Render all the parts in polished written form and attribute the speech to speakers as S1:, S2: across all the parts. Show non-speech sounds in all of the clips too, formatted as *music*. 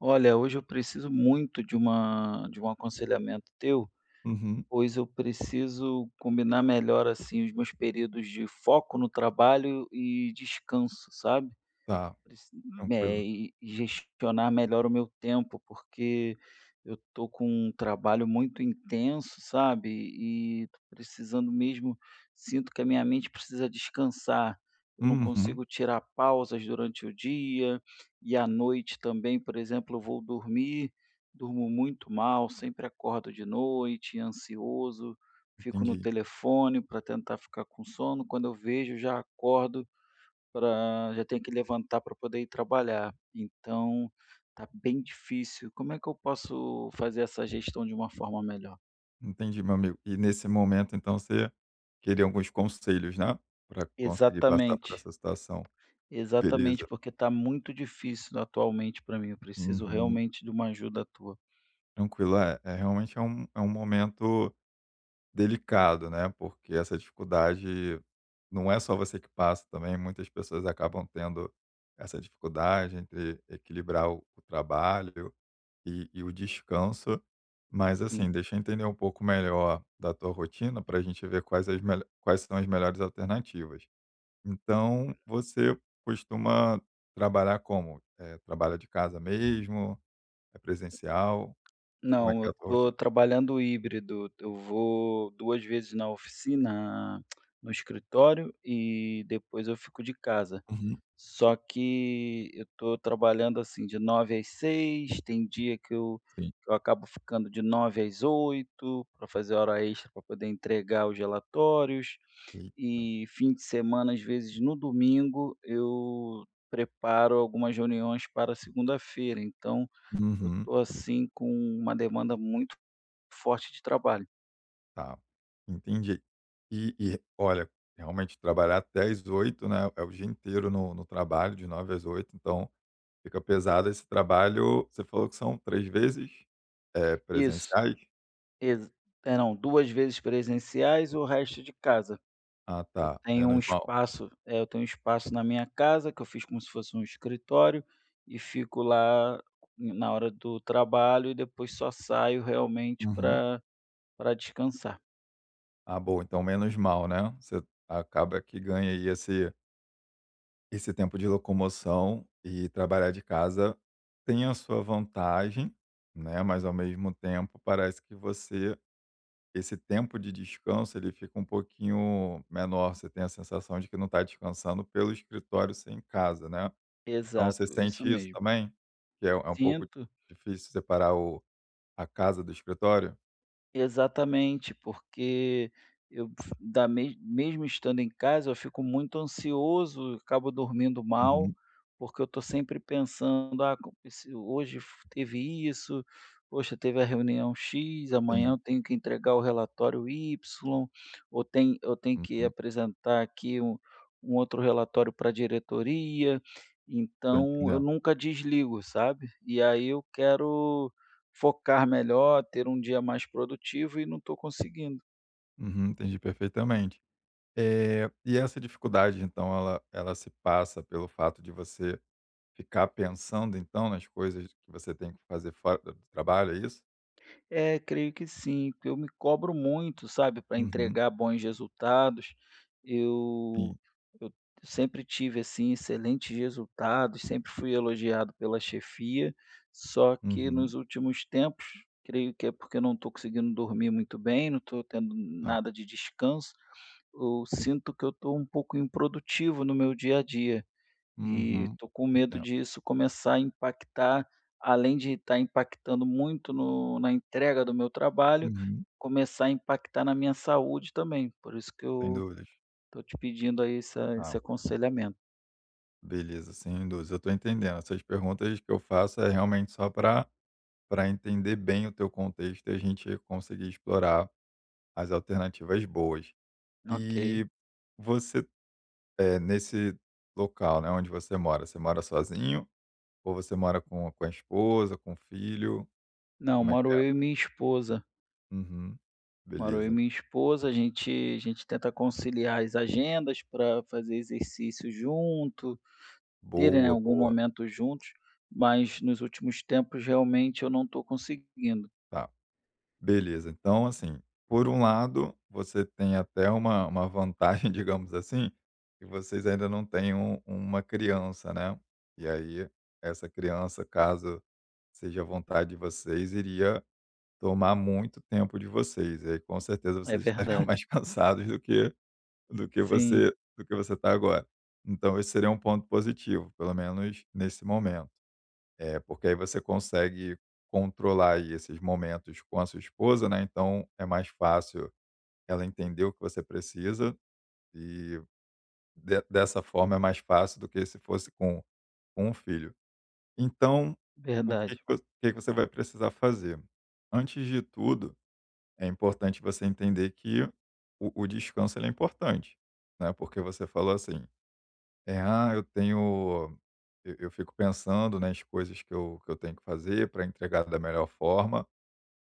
S1: Olha, hoje eu preciso muito de um aconselhamento teu,
S2: Uhum.
S1: pois eu preciso combinar melhor, assim, os meus períodos de foco no trabalho e descanso, sabe?
S2: Tá,
S1: Preci
S2: tranquilo.
S1: e gestionar melhor o meu tempo, porque eu tô com um trabalho muito intenso, sabe, e estou precisando mesmo, sinto que a minha mente precisa descansar. Eu não
S2: Uhum.
S1: consigo tirar pausas durante o dia e à noite também. Por exemplo, eu vou dormir, durmo muito mal, sempre acordo de noite ansioso, fico no
S2: Entendi,
S1: telefone para tentar ficar com sono, quando eu vejo, já acordo. Pra Já tenho que levantar para poder ir trabalhar, então tá bem difícil. Como é que eu posso fazer essa gestão de uma forma melhor?
S2: entendi, meu amigo. E nesse momento, então, você queria alguns conselhos, né, para conseguir passar por
S1: Exatamente,
S2: essa situação.
S1: exatamente,
S2: Beleza.
S1: porque está muito difícil atualmente para mim, eu preciso
S2: Uhum.
S1: realmente de uma ajuda tua.
S2: Tranquilo. É realmente é um momento delicado, né, porque essa dificuldade não é só você que passa também, muitas pessoas acabam tendo essa dificuldade entre equilibrar o trabalho e o descanso. Mas
S1: Sim.
S2: assim, deixa eu entender um pouco melhor da tua rotina para a gente ver quais são as melhores alternativas. Então, você costuma trabalhar como? É, trabalha de casa mesmo? É presencial? Como é
S1: Não,
S2: que
S1: eu
S2: é a tua
S1: estou
S2: rotina?
S1: trabalhando híbrido, eu vou 2 vezes na oficina, *tsk* no escritório e depois eu fico de casa.
S2: Uhum,
S1: Só que eu estou trabalhando, assim, de nove às seis. Tem dia que eu
S2: sim.
S1: que eu acabo ficando de nove às oito para fazer hora extra para poder entregar os relatórios,
S2: Eita.
S1: e fim de semana, às vezes no domingo, eu preparo algumas reuniões para segunda-feira, então eu
S2: Uhum,
S1: estou assim, com uma demanda muito forte de trabalho.
S2: tá. Entendi. Olha, realmente trabalhar até às 8, né? É o dia inteiro no trabalho, de 9 às 8. Então, fica pesado esse trabalho. Você falou que são 3 vezes,
S1: Isso,
S2: presenciais?
S1: exa é não, 2 vezes presenciais, o resto de casa.
S2: Ah,
S1: Eu
S2: tá,
S1: tenho um
S2: menos mal.
S1: espaço é, eu tenho um espaço na minha casa que eu fiz como se fosse um escritório e fico lá na hora do trabalho e depois só saio realmente
S2: Uhum.
S1: para descansar.
S2: Ah, bom. Então menos mal, né, você acaba que ganha aí esse tempo de locomoção, e trabalhar de casa tem a sua vantagem, né, mas ao mesmo tempo parece que você, esse tempo de descanso, ele fica um pouquinho menor. Você tem a sensação de que não está descansando pelo escritório ser em casa, né? Então você
S1: Exato, isso
S2: sente isso
S1: mesmo.
S2: também? Que é um pouco
S1: Sinto.
S2: difícil separar o a casa do escritório?
S1: Exatamente, porque eu f da mes mesmo estando em casa, eu fico muito ansioso, acabo dormindo mal,
S2: Uhum.
S1: porque eu estou sempre pensando: "Ah, co se hoje f teve isso, poxa, teve a reunião X, amanhã
S2: Sim.
S1: eu tenho que entregar o relatório Y, ou tem eu tenho que
S2: Uhum.
S1: apresentar aqui um outro relatório para a diretoria",
S2: Tô
S1: então eu
S2: entendendo.
S1: nunca desligo, sabe. E aí eu quero focar melhor, ter um dia mais produtivo e não estou conseguindo.
S2: Uhum, entendi perfeitamente. E essa dificuldade, então, ela se passa pelo fato de você ficar pensando então nas coisas que você tem que fazer fora do trabalho, é isso?
S1: É, creio que sim, porque eu me cobro muito, sabe, para
S2: Uhum.
S1: entregar bons resultados. Eu
S2: Sim.
S1: eu sempre tive, assim, excelentes resultados, sempre fui elogiado pela chefia, só que
S2: Uhum.
S1: nos últimos tempos, creio que é porque eu não estou conseguindo dormir muito bem, não estou tendo
S2: Tá.
S1: nada de descanso, eu sinto que eu estou um pouco improdutivo no meu dia a dia. E
S2: Uhum.
S1: tô com medo
S2: Entendo.
S1: disso começar a impactar, além de estar impactando muito no na entrega do meu trabalho,
S2: Uhum.
S1: começar a impactar na minha saúde também, por isso que
S2: Sem
S1: eu
S2: dúvidas.
S1: tô te pedindo aí essa esse
S2: Tá.
S1: aconselhamento.
S2: Beleza, sem dúvidas. Eu tô entendendo. Essas perguntas que eu faço é realmente só para para entender bem o teu contexto e a gente conseguir explorar as alternativas boas.
S1: Ok.
S2: E você, nesse local, né, onde você mora sozinho ou você mora com a esposa, com o filho?
S1: Não,
S2: Como é que
S1: moro
S2: é?
S1: eu e minha esposa.
S2: Uhum,
S1: Moro eu e
S2: beleza.
S1: minha esposa, a gente tenta conciliar as agendas para fazer exercício junto, terem
S2: Boa,
S1: algum
S2: boa.
S1: momento juntos, mas nos últimos tempos realmente eu não estou conseguindo.
S2: Tá, beleza. Então, assim, por um lado, você tem até uma vantagem, *laughs* digamos assim, que vocês ainda não têm uma criança, né? E aí, essa criança, caso seja a vontade de vocês, iria tomar muito tempo de vocês. E aí, com certeza,
S1: É
S2: vocês estariam *laughs*
S1: verdade.
S2: mais cansados do que
S1: Sim,
S2: do que você está agora. Então, esse seria um ponto positivo, pelo menos nesse momento. É, porque aí você consegue controlar aí esses momentos com a sua esposa, né? Então, é mais fácil ela entender o que você precisa e dessa forma é mais fácil do que se fosse com um filho. Então,
S1: verdade.
S2: o que que você vai precisar fazer? Antes de tudo, é importante você entender que o descanso ele é importante, né, porque você falou assim: "Eh, ah, eu tenho eu fico pensando nas coisas que eu tenho que fazer para entregar da melhor forma".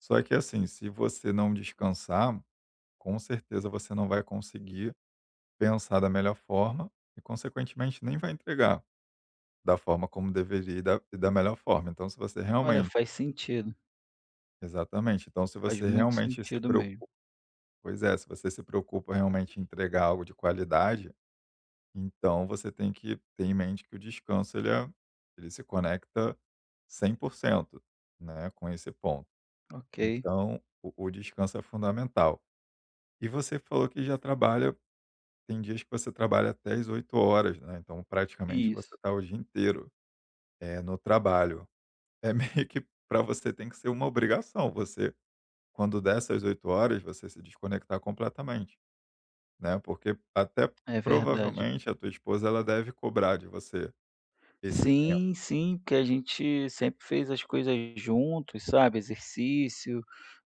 S2: Só que assim, se você não descansar, com certeza você não vai conseguir pensar da melhor forma e, consequentemente, nem vai entregar da forma como deveria e da melhor forma. Então se você Uhum.
S1: Olha,
S2: realmente
S1: faz sentido,
S2: Exatamente. Então, se
S1: faz
S2: você
S1: muito
S2: realmente se
S1: sentido mesmo.
S2: preocupa, pois é, se você se preocupa realmente em entregar algo de qualidade, então você tem que ter em mente que o descanso, ele se conecta 100%, né, com esse ponto.
S1: Ok.
S2: Então, o descanso é fundamental. E você falou que já trabalha tem dias que você trabalha até as 8 horas, né, então praticamente
S1: Isso.
S2: você está o dia inteiro, é no trabalho. É *laughs* meio que para você tem que ser uma obrigação. Você Quando dessas 8 horas você se desconectar completamente, né, porque até
S1: É verdade.
S2: provavelmente a tua esposa, ela deve cobrar de você esse tempo.
S1: Sim, sim, porque a gente sempre fez as coisas juntos, sabe, exercício,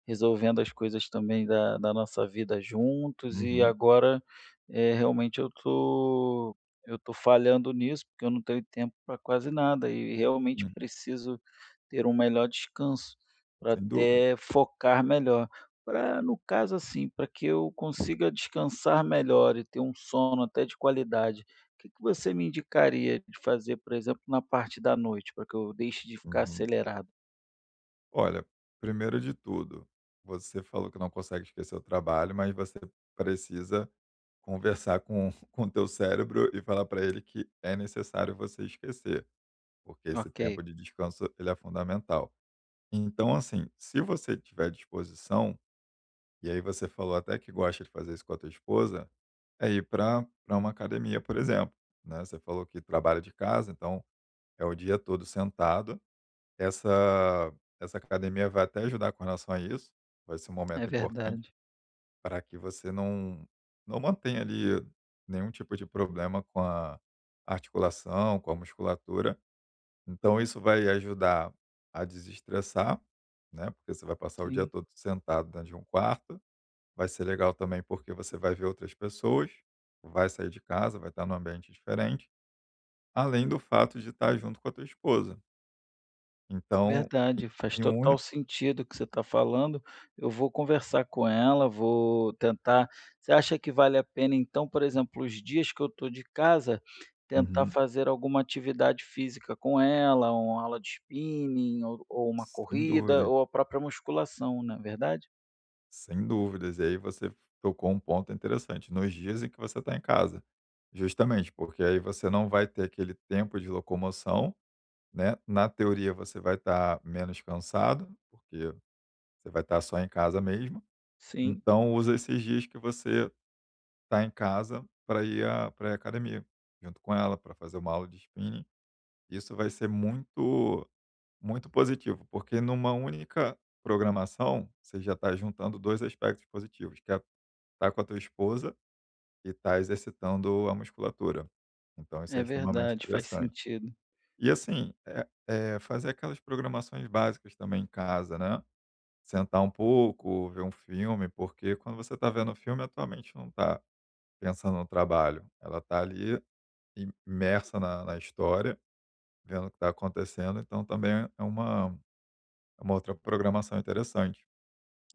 S1: resolvendo as coisas também da nossa vida juntos e
S2: Uhum,
S1: agora, realmente eu tô falhando nisso, porque eu não tenho tempo para quase nada e realmente
S2: sim,
S1: preciso ter um melhor descanso, para
S2: sem dúvida.
S1: até focar melhor. Para no caso, assim, para que eu consiga descansar melhor e ter um sono até de qualidade. Que você me indicaria de fazer, por exemplo, na parte da noite, para que eu deixe de ficar
S2: Uhum.
S1: acelerado?
S2: Olha, primeiro de tudo, você falou que não consegue esquecer o trabalho, mas você precisa conversar com *laughs* com o teu cérebro e falar para ele que é necessário você esquecer, porque esse
S1: Ok.
S2: tempo de descanso ele é fundamental. Então, assim, se você tiver disposição. E aí você falou até que gosta de fazer isso com a tua esposa, é ir para uma academia, por exemplo, né. Você falou que trabalha de casa, então é o dia todo sentado. Essa essa academia vai até ajudar com relação a isso, vai ser um
S1: É
S2: momento importante
S1: verdade.
S2: para que você não mantenha ali nenhum tipo de problema com a articulação, com a musculatura. Então isso vai ajudar a desestressar, né, porque você vai passar o dia
S1: Sim,
S2: todo sentado dentro de um quarto. Vai ser legal também porque você vai ver outras pessoas, vai sair de casa, vai estar num ambiente diferente, além do fato de estar junto com a tua esposa. Então, em
S1: verdade, faz
S2: em um
S1: total
S2: único
S1: sentido o que você está falando. Eu vou conversar com ela, vou tentar. Você acha que vale a pena então, por exemplo, os dias que eu estou de casa, tentar
S2: Uhum.
S1: fazer alguma atividade física com ela, uma aula de spinning ou uma
S2: Sem
S1: corrida
S2: dúvidas,
S1: ou a própria musculação, não é verdade?
S2: sem dúvidas. E aí você tocou um ponto interessante, nos dias em que você está em casa. Justamente, porque aí você não vai ter aquele tempo de locomoção, né? Na teoria você vai estar menos cansado, porque você vai estar só em casa mesmo.
S1: Sim,
S2: Então usa esses dias que você estar em casa para ir à pra ir à academia junto com ela, para fazer uma aula de spinning. Isso vai ser muito, muito positivo, porque numa única programação você já está juntando dois aspectos positivos, que é estar com a tua esposa e estar exercitando a musculatura. Então isso
S1: é
S2: é extremamente
S1: verdade, faz
S2: interessante.
S1: sentido.
S2: E assim, é fazer aquelas programações básicas também em casa, né? Sentar um pouco, ver um filme, porque quando você está vendo o filme, a tua mente não está pensando no trabalho. Ela está ali, imersa na história, vendo o que está acontecendo, então também é uma outra programação interessante.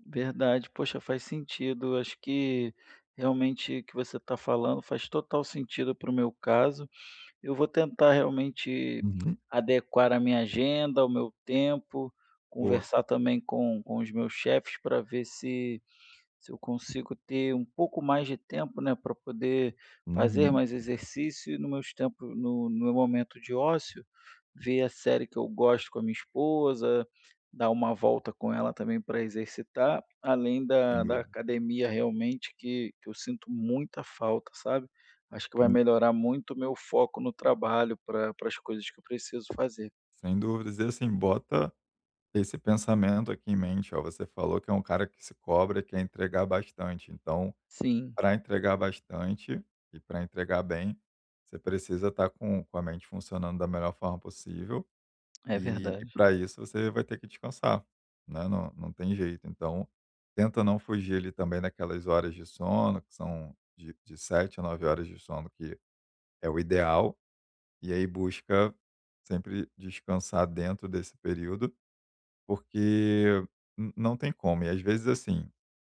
S1: Verdade, poxa, faz sentido. Acho que realmente o que você está falando faz total sentido para o meu caso. Eu vou tentar realmente
S2: Uhum.
S1: adequar a minha agenda, o meu tempo,
S2: Boa.
S1: conversar também com os meus chefes para ver se se eu consigo ter um pouco mais de tempo, né, para poder fazer
S2: Uhum.
S1: mais exercício e no meus tempo no meu momento de ócio, ver a série que eu gosto com a minha esposa, dar uma volta com ela também para exercitar, além
S2: Sem
S1: da
S2: dúvida.
S1: academia realmente que eu sinto muita falta, sabe. Acho que vai
S2: Sem
S1: melhorar muito o meu foco no trabalho para as coisas que eu preciso fazer.
S2: sem dúvidas. E assim, bota esse pensamento aqui em mente, ó, você falou que é um cara que se cobra e quer entregar bastante, então,
S1: Sim,
S2: para entregar bastante e para entregar bem, você precisa estar com a mente funcionando da melhor forma possível.
S1: é
S2: E, e
S1: verdade,
S2: para isso, você vai ter que descansar, né, não tem jeito. Então, tenta não fugir ali também daquelas horas de sono, que são de 7 a 9 horas de sono, que é o ideal, e aí busca sempre descansar dentro desse período, porque n não tem como. E às vezes, assim,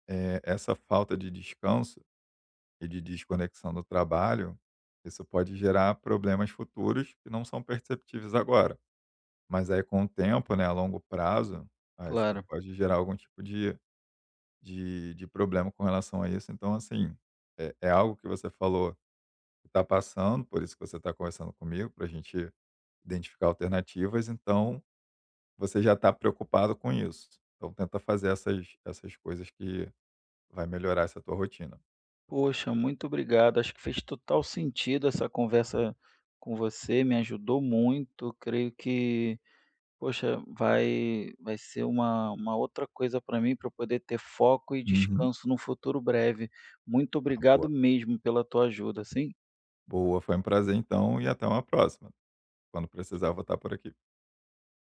S2: essa falta de descanso e de desconexão do trabalho, isso pode gerar problemas futuros que não são perceptíveis agora. Mas aí com o tempo, né, a longo prazo, aí você
S1: claro.
S2: pode gerar algum tipo de problema com relação a isso. Então assim, é algo que você falou que tá passando, por isso que você está conversando comigo, para a gente identificar alternativas, então você já está preocupado com isso. Então tenta fazer essas coisas que vai melhorar essa tua rotina.
S1: Poxa, muito obrigado. Acho que fez total sentido essa conversa com você, me ajudou muito. Creio que, poxa, vai ser uma outra coisa para mim, para eu poder ter foco e
S2: Uhum.
S1: descanso num futuro breve. Muito
S2: Ah,
S1: obrigado
S2: boa.
S1: mesmo pela tua ajuda, sim.
S2: Boa, foi um prazer então e até uma próxima. Quando precisar eu vou estar por aqui.